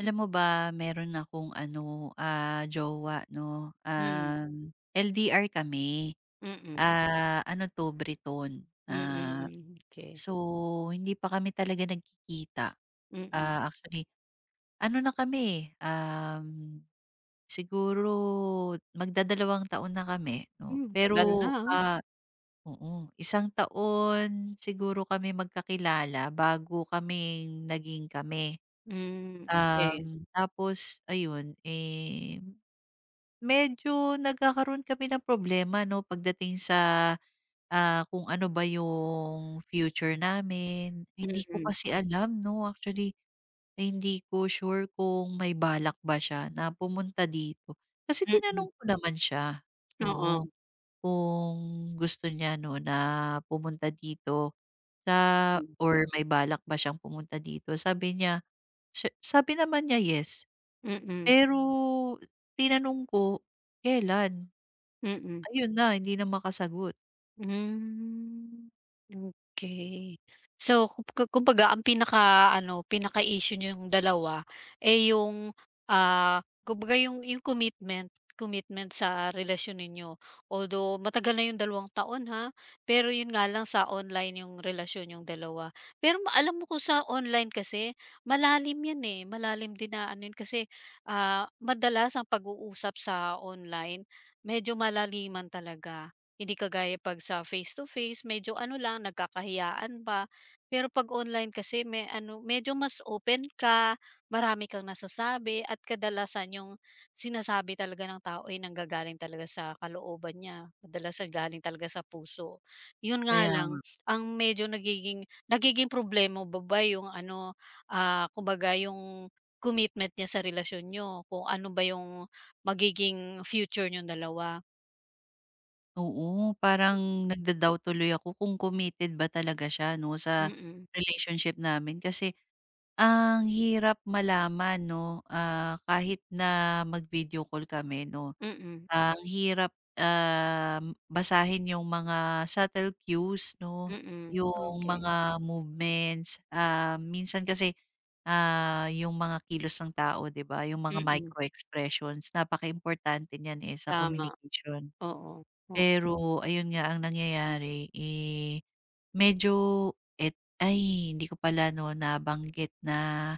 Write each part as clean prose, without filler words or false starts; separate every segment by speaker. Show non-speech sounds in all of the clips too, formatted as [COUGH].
Speaker 1: Alam mo ba, meron akong ano, jowa 'no,
Speaker 2: Mm.
Speaker 1: LDR kami.
Speaker 2: Mm.
Speaker 1: Ano 'to, Briton.
Speaker 2: Mm, okey.
Speaker 1: So hindi pa kami talaga nagkikita.
Speaker 2: Mm.
Speaker 1: Actually, ano na kami, eh, siguro magdadalawang taon na kami 'no.
Speaker 2: Hmm, tagal na,
Speaker 1: Pero,
Speaker 2: ah.
Speaker 1: ah oo, 1 taon siguro kami magkakilala bago kami naging kami.
Speaker 2: Hmm, okey.
Speaker 1: Tapos ayun, eh, medyo nagkakaroon kami ng problema 'no pagdating sa, kung ano ba yung future namin. Hindi ko
Speaker 2: Mm,
Speaker 1: kasi alam 'no, actually, eh, hindi ko sure kung may balak ba siya na pumunta dito. Kasi
Speaker 2: mm,
Speaker 1: tinanong ko naman siya,
Speaker 2: oo,
Speaker 1: oo, kung gusto niya 'no na pumunta dito sa
Speaker 2: hmm,
Speaker 1: or may balak ba siyang pumunta dito. Sabi niya, sabi naman niya, "Yes."
Speaker 2: mm,
Speaker 1: Pero tinanong ko, kailan?
Speaker 2: mm.
Speaker 1: Ayun na, hindi na makasagot.
Speaker 2: Hmm. Okay. So, ku ku kumbaga ang pinaka-ano, pinaka-issue nyo yung dalawa, eh, yung, ah, kumbaga yung commitment commitment sa relasyon ninyo. Although matagal na yung dalawang taon, ha, pero yun nga lang sa online yung relasyon yung dalawa. Pero alam mo kung sa online kasi malalim yan, eh, malalim din na ano yun kasi, ah, madalas ang pag-uusap sa online medyo malaliman talaga. Hindi kagaya 'pag sa face-to-face medyo ano lang, nagkakahiyaan pa. Pero 'pag online kasi may ano, medyo mas open ka, marami kang nasasabi at kadalasan yung sinasabi talaga ng tao ay nanggagaling talaga sa kalooban niya, kadalasan galing talaga sa puso. Yun nga
Speaker 1: Kaya
Speaker 2: lang,
Speaker 1: nga.
Speaker 2: ang medyo nagiging nagiging problema ba ba yung ano, ah, kumbaga yung commitment niya sa relasyon niyo, kung ano ba yung magiging future niyong dalawa.
Speaker 1: Oo, parang nagda-doubt tuloy ako kung committed ba talaga siya 'no, sa
Speaker 2: Mm,
Speaker 1: relationship namin. Kasi ang hirap malaman 'no, kahit na mag-video call kami 'no.
Speaker 2: mm.
Speaker 1: Ang hirap, basahin yung mga subtle cues 'no,
Speaker 2: Mm,
Speaker 1: yung
Speaker 2: okey.
Speaker 1: mga movements, minsan kasi, yung mga kilos ng tao 'di ba, yung mga
Speaker 2: Mm,
Speaker 1: micro expressions napaka importante niyan, eh, sa
Speaker 2: tama.
Speaker 1: communication.
Speaker 2: Oo, o
Speaker 1: Pero ayun nga ang nangyayari, eh, medyo et ay hindi ko pala 'no nabanggit na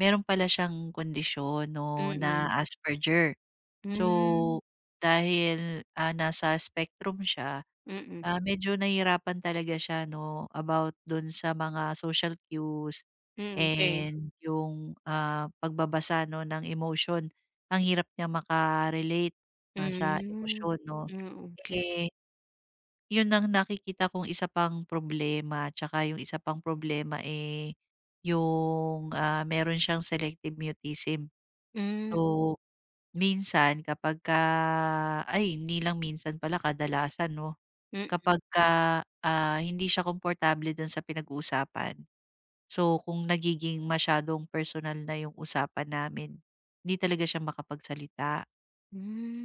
Speaker 1: meron pala siyang kondisyon 'no na
Speaker 2: mm.
Speaker 1: Asperger. So,
Speaker 2: Hmm,
Speaker 1: dahil, nasa spectrum siya,
Speaker 2: mm.
Speaker 1: medyo nahihirapan talaga siya 'no, about dun sa mga social cues
Speaker 2: Hmm, okey.
Speaker 1: and yung, pagbabasa 'no ng emotion. Ang hirap niya maka-relate, sa
Speaker 2: Hmm.
Speaker 1: emosyon 'no.
Speaker 2: Hmm, okey.
Speaker 1: Eh, yun ang nakikita kong isa pang problema tsaka yung isa pang problema, eh, yung, meron siyang selective mutism.
Speaker 2: Hmm,
Speaker 1: So, minsan kapag ka ay hindi lang minsan pala kadalasan 'no,
Speaker 2: mm.
Speaker 1: kapagka, hindi siya komportable dun sa pinag-uusapan. So, kung nagiging masyadong personal na yung usapan namin, hindi talaga siya makapagsalita.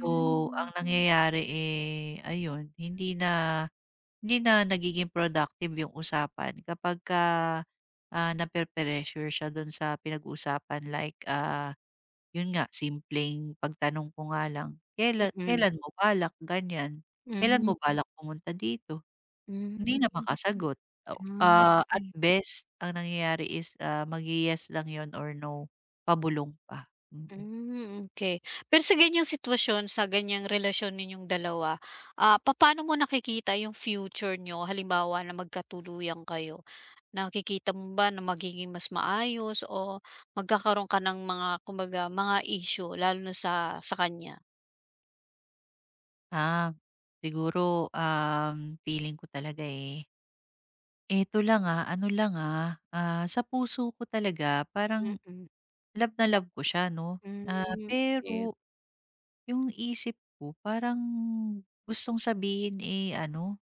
Speaker 1: So, ang nangyayari, eh, ayun hindi na nagiging productive yung usapan kapagka, nape-pressure siya dun sa pinag-usapan like, yun nga, simpleng pagtanong ko nga lang, kailan
Speaker 2: mm.
Speaker 1: Mo balak?" Ganyan. Kailan
Speaker 2: Hmm,
Speaker 1: mo balak pumunta dito?"
Speaker 2: hmm.
Speaker 1: Hindi na makasagot. Oh,
Speaker 2: Ah,
Speaker 1: at
Speaker 2: okey.
Speaker 1: best ang nangyayari is, mag yes lang yun or no, pabulong pa. Mm.
Speaker 2: Hmm, okay. Pero sa ganyang sitwasyon, sa ganyang relasyon ninyong dalawa, ah, papaano mo nakikita yung future niyo halimbawa na magkatuluyan kayo? Nakikita mo ba na magiging mas maayos o magkakaroon ka ng mga kumbaga mga issue lalo na sa kanya?
Speaker 1: Ah, Siguro, feeling ko talaga, eh, eto lang, ano lang, sa puso ko talaga parang
Speaker 2: Mm-mm.
Speaker 1: love na love ko siya 'no,
Speaker 2: Mm, hmm, okay.
Speaker 1: pero yung isip ko parang gustong sabihin, eh, ano,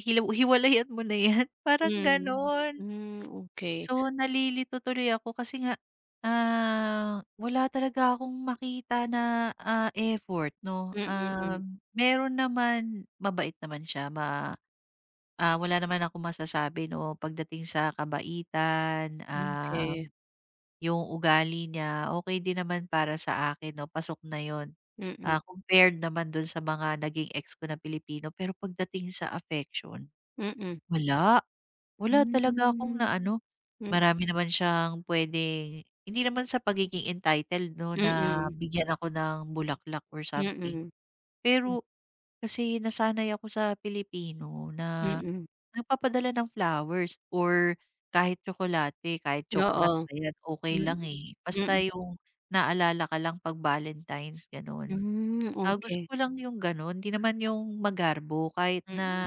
Speaker 1: hiwalayan mo na 'yan, [LAUGHS] parang
Speaker 2: Hmm,
Speaker 1: gano'n.
Speaker 2: hmm, okay.
Speaker 1: So, nalilito tuloy ako kasi nga, wala talaga akong makita na, effort 'no.
Speaker 2: Mm,
Speaker 1: Meron naman, mabait naman siya, wala naman akong masasabi 'no pagdating sa kabaitan,
Speaker 2: okey.
Speaker 1: yung ugali niya, okay din naman para sa akin 'no, pasok na yon.
Speaker 2: Mm, mm,
Speaker 1: Compared naman dun sa mga naging ex ko na Pilipino, pero pagdating sa affection,
Speaker 2: hmm, mm,
Speaker 1: wala. Wala
Speaker 2: mm,
Speaker 1: talaga akong
Speaker 2: mm,
Speaker 1: na ano.
Speaker 2: mm.
Speaker 1: Marami naman siyang puwedeng hindi naman sa pagiging entitled 'no, na
Speaker 2: Mm-mm.
Speaker 1: bigyan ako ng bulaklak or something.
Speaker 2: Mm-mm.
Speaker 1: Pero kasi nasanay ako sa Pilipino na
Speaker 2: Mm-mm.
Speaker 1: nagpapadala ng flowers or kahit tsokolate, kahit
Speaker 2: Oo,
Speaker 1: choknat pa yan, okey
Speaker 2: mm.
Speaker 1: lang, eh. Basta
Speaker 2: Mm.
Speaker 1: yung naalala ka lang 'pag Valentines, gano'n.
Speaker 2: Hmm,
Speaker 1: Gusto
Speaker 2: okey.
Speaker 1: ko lang yung gano'n, 'di naman yung magarbo kahit na
Speaker 2: Mm.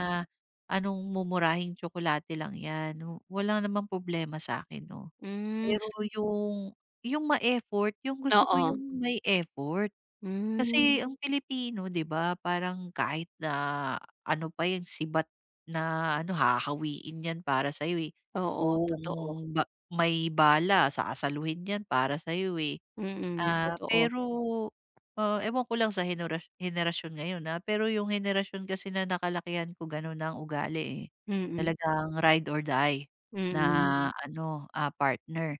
Speaker 1: anong mumurahing tsokolate lang 'yan, wala namang problema sa'kin, 'no.
Speaker 2: Hmm,
Speaker 1: Pero yung yung ma-effort, yung gusto ko
Speaker 2: oo.
Speaker 1: yung may effort.
Speaker 2: Hmm,
Speaker 1: Kasi ang Pilipino 'di ba parang kahit na ano pa 'yan sibat na ano hahawiin 'yan para sa'yo, eh.
Speaker 2: oo,
Speaker 1: Kung
Speaker 2: totoo.
Speaker 1: ba may bala sasaluhin 'yan para sa'yo, eh.
Speaker 2: Mm, totoo.
Speaker 1: Pero, ewan ko lang sa henerasyon ngayon, pero yung henerasyon kasi na nakalakihan ko gano'n na ang ugali, eh.
Speaker 2: Mm,
Speaker 1: Talagang ride or die na
Speaker 2: mm,
Speaker 1: Mm. ano, partner.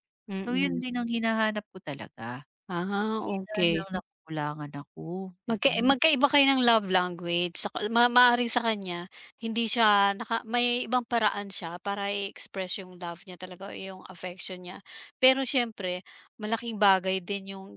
Speaker 1: So, yun
Speaker 2: mm.
Speaker 1: din ang hinahanap ko talaga.
Speaker 2: Ah,
Speaker 1: Kaya
Speaker 2: okey.
Speaker 1: lang nakukulangan ako,
Speaker 2: Magka
Speaker 1: mm.
Speaker 2: magkaiba kayo ng love language sa maaaring sa kanya hindi siya naka may ibang paraan siya para i-express yung love niya talaga o yung affection niya. Pero siyempre malaking bagay din yung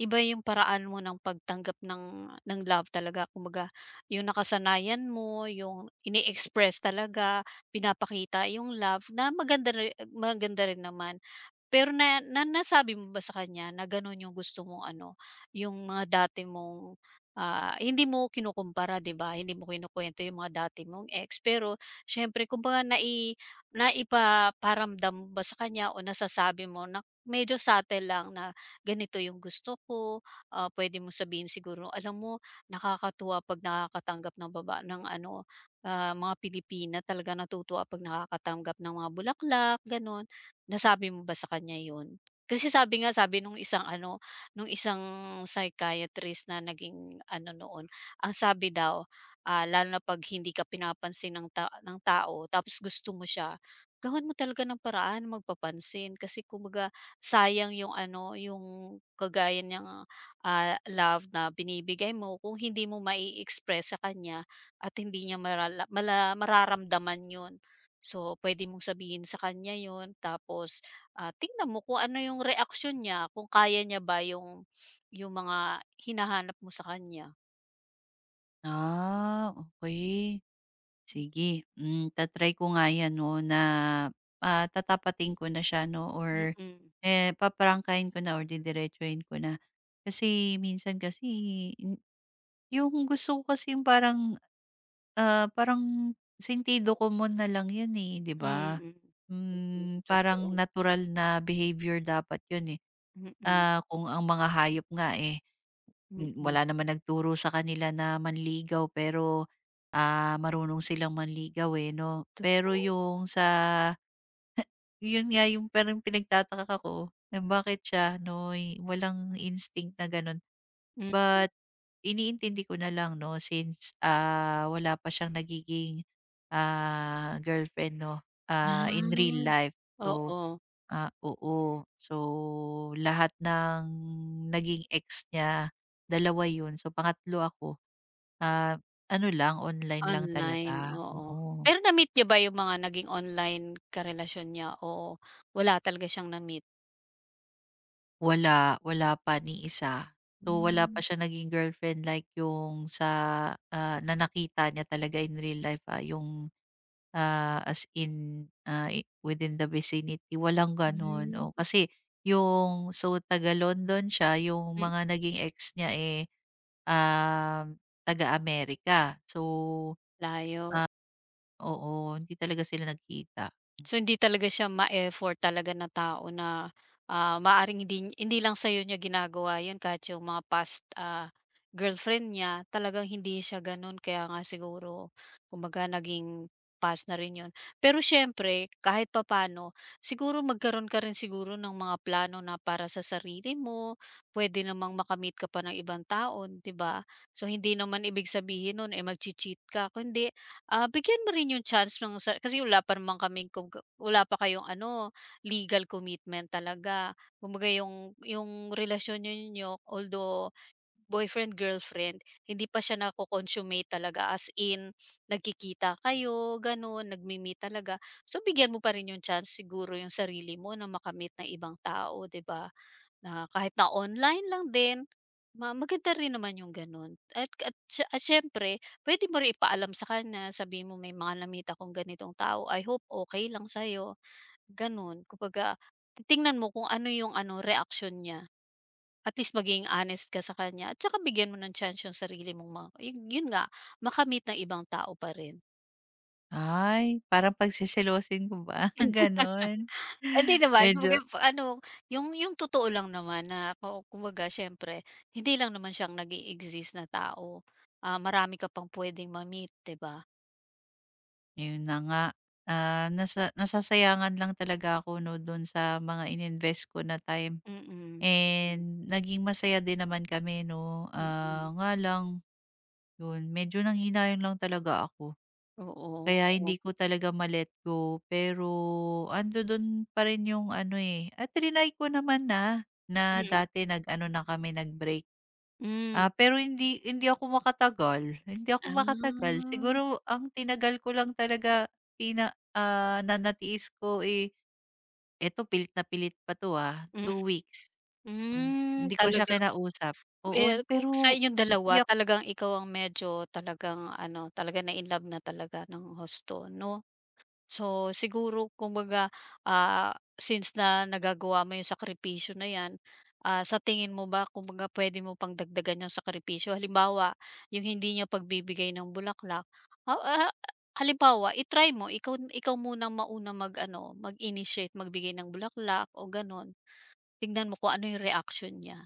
Speaker 2: iba yung paraan mo ng pagtanggap ng love talaga. Kumbaga yung nakasanayan mo, yung ini-express talaga, pinapakita yung love na maganda rin naman. Pero na na nasabi mo ba sa kanya na gano'n yung gusto mong ano, yung mga dati mong, ah, hindi mo kinukumpara, 'di ba, hindi mo kinukuwento yung mga dati mong ex, pero siyempre kumbaga naipaparamdam mo ba sa kanya o nasasabi mo na medyo subtle lang na ganito yung gusto ko, ah, puwede mong sabihin siguro, alam mo nakakatuwa 'pag nakakatanggap ng baba ng ano, ah, mga Pilipina talaga natutuwa 'pag nakakatanggap ng mga bulaklak, gano'n. Nasabi mo ba sa kanya yun? Kasi sabi nga, sabi nung isang ano, nung isang psychiatrist na naging ano noon, ang sabi daw, ah, lalo na 'pag hindi ka pinapansin ng ng tao tapos gusto mo siya, gawan mo talaga ng paraan magpapansin kasi kumbaga sayang yung ano, yung kagaya niyang, ah, love na binibigay mo kung hindi mo mai-express sa kanya at hindi niya marala mala mararamdaman yun. So, puwede mong sabihin sa kanya 'yun tapos, ah, tingnan mo kung ano yung reaksyon niya, kung kaya niya ba yung mga hinahanap mo sa kanya.
Speaker 1: Okey. Sige, ta-try ko nga 'yan 'no na, tatapatin ko na siya 'no
Speaker 2: Mm,
Speaker 1: or,
Speaker 2: mm.
Speaker 1: eh, paprangkahin ko na or didiretsuhin ko na. Kasi minsan kasi yu yung gusto ko kasi yung parang sentido komon na lang 'yun, eh, 'di ba?
Speaker 2: Mm, totoo.
Speaker 1: Parang natural na behavior dapat 'yun, eh.
Speaker 2: Mm,
Speaker 1: Kung ang mga hayop nga, eh,
Speaker 2: mm,
Speaker 1: wala naman nagturo sa kanila na manligaw pero, marunong silang manligaw, eh, 'no? Pero
Speaker 2: totoo.
Speaker 1: yun nga yung parang pinagtataka ko na bakit siya 'no, walang instinct na gano'n.
Speaker 2: Mm.
Speaker 1: But iniintindi ko na lang 'no since, wala pa siyang nagiging, girlfriend 'no, in real life.
Speaker 2: Ah,
Speaker 1: So
Speaker 2: oo,
Speaker 1: Oo. So, lahat ng naging ex niya, dalawa 'yun. So, pangatlo ako. Ah, Ano lang, online lang
Speaker 2: online,
Speaker 1: talaga,
Speaker 2: oo.
Speaker 1: oo.
Speaker 2: Pero na-meet niyo ba yung mga naging online karelasyon niya o wala talaga siyang na-meet?
Speaker 1: Wala, wala pa ni isa. So, wala pa
Speaker 2: Hmm,
Speaker 1: siya naging girlfriend like yung sa, na nakita niya talaga in real life, yung, as in, within the vicinity, walang gano'n.
Speaker 2: hmm,
Speaker 1: Oh, kasi so, taga-London siya, yung mga naging ex niya, eh, taga-Amerika. So,
Speaker 2: layo.
Speaker 1: oo, hindi talaga sila nagkita.
Speaker 2: So, hindi talaga siya ma-effort talaga na tao na, ah, maaring hindi hindi lang sa'yo niya ginagawa 'yun kahit yung mga past, ah, girlfriend niya talagang hindi siya gano'n kaya nga siguro kumbaga naging past na rin 'yun. Pero siyempre kahit papaano siguro magkaroon ka rin siguro ng mga plano na para sa sarili mo, puwede namang makamit ka pa ng ibang tao, 'di ba? So, hindi naman ibig sabihin nun, eh, magche-cheat ka kundi ah, bigyan mo rin yung chance nung sa kasi wala pa naman kaming kung wala pa kayong ano, legal commitment talaga. Kumbaga yung relasyon ninyo although boyfriend, girlfriend, hindi pa siya nako-consummate talaga as in nagkikita kayo, gano'n, nagme-meet talaga. So, bigyan mo pa rin yung chance siguro yung sarili mo na makamit ng ibang tao, 'di ba? Na kahit na online lang din, maganda rin naman yung gano'n at siyempre puwede mo rin ipaalam sa kanya, sabi mo, "May mga na-meet ganitong tao, I hope okay lang sa'yo." Gano'n. Kumbaga, titingnan mo kung ano yung ano, reaksyon niya. At least maging honest ka sa kanya at saka bigyan mo ng chance yung sarili mong mga yun yun nga, meet ng ibang tao pa rin.
Speaker 1: Ay, parang pagseselosin ko ba, [LAUGHS] gano'n.
Speaker 2: Hindi naman, kumbaga
Speaker 1: Medyo
Speaker 2: pa- ano, yung totoo lang naman na kumbaga siyempre hindi lang naman siyang nag exist na tao, ah, marami ka pang puwedeng ma-meet, 'di ba?
Speaker 1: yun na nga, nasasayangan lang talaga ako 'no, dun sa mga ininvest ko na time
Speaker 2: Mm,
Speaker 1: and naging masaya din naman kami 'no.
Speaker 2: mm.
Speaker 1: Nga lang yun, medyo nanghinayon lang talaga ako.
Speaker 2: Oo,
Speaker 1: Kaya
Speaker 2: oo.
Speaker 1: hindi ko talaga ma-let go, pero andodo'n pa rin yung ano, eh, at triny ko naman na
Speaker 2: Mm,
Speaker 1: dati nag-ano na kami nag-break.
Speaker 2: mm,
Speaker 1: Pero hindi hindi ako makatagal, hindi ako makatagal.
Speaker 2: ah.
Speaker 1: Siguro ang tinagal ko lang talaga na ko, eh, eto pilit na pilit pa 'to,
Speaker 2: Mm,
Speaker 1: 2 weeks.
Speaker 2: mm,
Speaker 1: Hindi ko siya
Speaker 2: talagang
Speaker 1: kinausap. Oo,
Speaker 2: eh, kung sa
Speaker 1: pero
Speaker 2: inyong dalawa
Speaker 1: iyak.
Speaker 2: talagang ikaw ang medyo talagang ano, talaga na-inlove na talaga ng hosto, 'no? So, siguro kumbaga, ah, since na nagagawa mo yung sakripisyo na 'yan, ah, sa tingin mo ba kumbaga puwede mo pang dagdagan yung sakripisyo? Halimbawa, yung hindi niya pagbibigay ng bulaklak, ah, ah, halimbawa i mo ikaw ikaw munang maunang mag-ano, mag-initiate magbigay ng bulaklak o gano'n. Tignan mo kung ano yung reaction niya.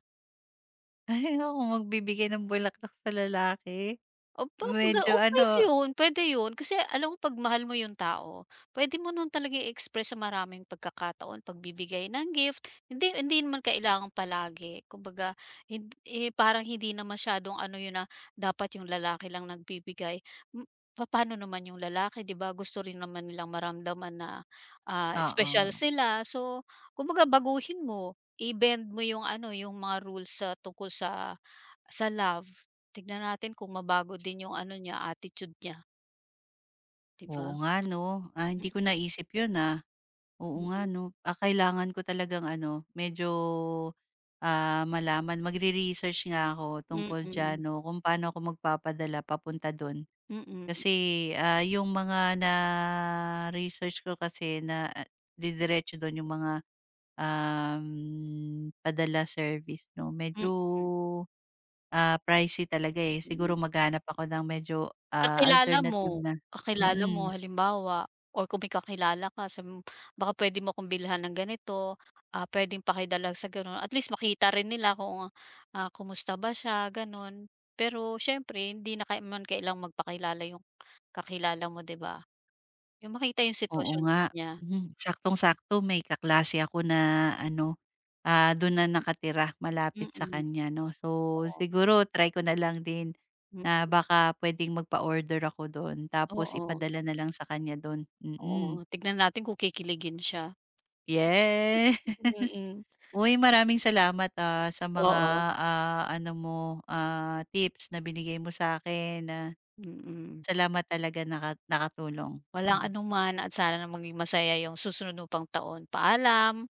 Speaker 1: [LAUGHS] Ay, magbibigay ng bulaklak sa lalaki.
Speaker 2: Opo, baga
Speaker 1: Medyo
Speaker 2: oo, puwede
Speaker 1: ano.
Speaker 2: yun, puwede yun. Kasi alam mo 'pag mahal mo yung tao, puwede mo nun talaga i-express sa maraming pagkakataon, pagbibigay ng gift. Hindi hindi naman kailangan palagi. Kumbaga hin eh, parang hindi na masyadong ano yun na dapat yung lalaki lang nagbibigay. M Papaano naman yung lalaki, 'di ba? Gusto rin naman nilang maramdaman na, ah, espesyal
Speaker 1: Oo
Speaker 2: sila. So, kumbaga baguhin mo, i-bend mo yung ano, yung mga rules sa tungkol sa love, tignan natin kung mabago din yung ano niya, attitude niya, 'di
Speaker 1: Oo
Speaker 2: ba?
Speaker 1: nga 'no, hindi ko naisip yun, ah.
Speaker 2: Mm,
Speaker 1: Oo nga 'no, kailangan ko talagang ano, medyo, malaman magre-research nga ako tungkol
Speaker 2: mm.
Speaker 1: diyan 'no, kung paano ako magpapadala papunta dun.
Speaker 2: Mm, mm,
Speaker 1: Kasi, yung mga na-research ko kasi na, didiretso dun yung mga, um, padala service 'no,
Speaker 2: mm,
Speaker 1: medyo, pricey talaga, eh. Siguro
Speaker 2: mm.
Speaker 1: maghahanap ako ng medyo,
Speaker 2: Kakilala
Speaker 1: alternative
Speaker 2: mo,
Speaker 1: na
Speaker 2: kakilala
Speaker 1: mm.
Speaker 2: mo halimbawa or kung may kakilala ka sabi mo, "Baka puwede mo akong bilhan ng ganito, ah, puwedeng pakidala sa gano'n." At least makita rin nila kung, ah, kumusta ba siya, gano'n. Pero siyempre hindi na naman kailang magpakilala yung kakilala mo, 'di ba? Yung makita yung
Speaker 1: Oo
Speaker 2: sitwasyon din
Speaker 1: nga.
Speaker 2: niya.
Speaker 1: Mhm. Saktong-sakto may kaklase ako na ano, dun na nakatira malapit sa
Speaker 2: Mm,
Speaker 1: kanya 'no. So,
Speaker 2: oo.
Speaker 1: siguro try ko na lang din
Speaker 2: Hmm,
Speaker 1: na baka puwedeng magpa-order ako don tapos
Speaker 2: oo.
Speaker 1: ipadala na lang sa kanya don
Speaker 2: Oo,
Speaker 1: mm.
Speaker 2: tignan natin kung kikiligin siya.
Speaker 1: Yes. [LAUGHS]
Speaker 2: Mm.
Speaker 1: Uy, maraming salamat, sa mga,
Speaker 2: Oo,
Speaker 1: ano mo, tips na binigay mo sa'kin,
Speaker 2: mm.
Speaker 1: salamat talaga nakatulong.
Speaker 2: Walang
Speaker 1: Mm.
Speaker 2: anuman at sana maging masaya yung susunod mo pang taon. Paalam.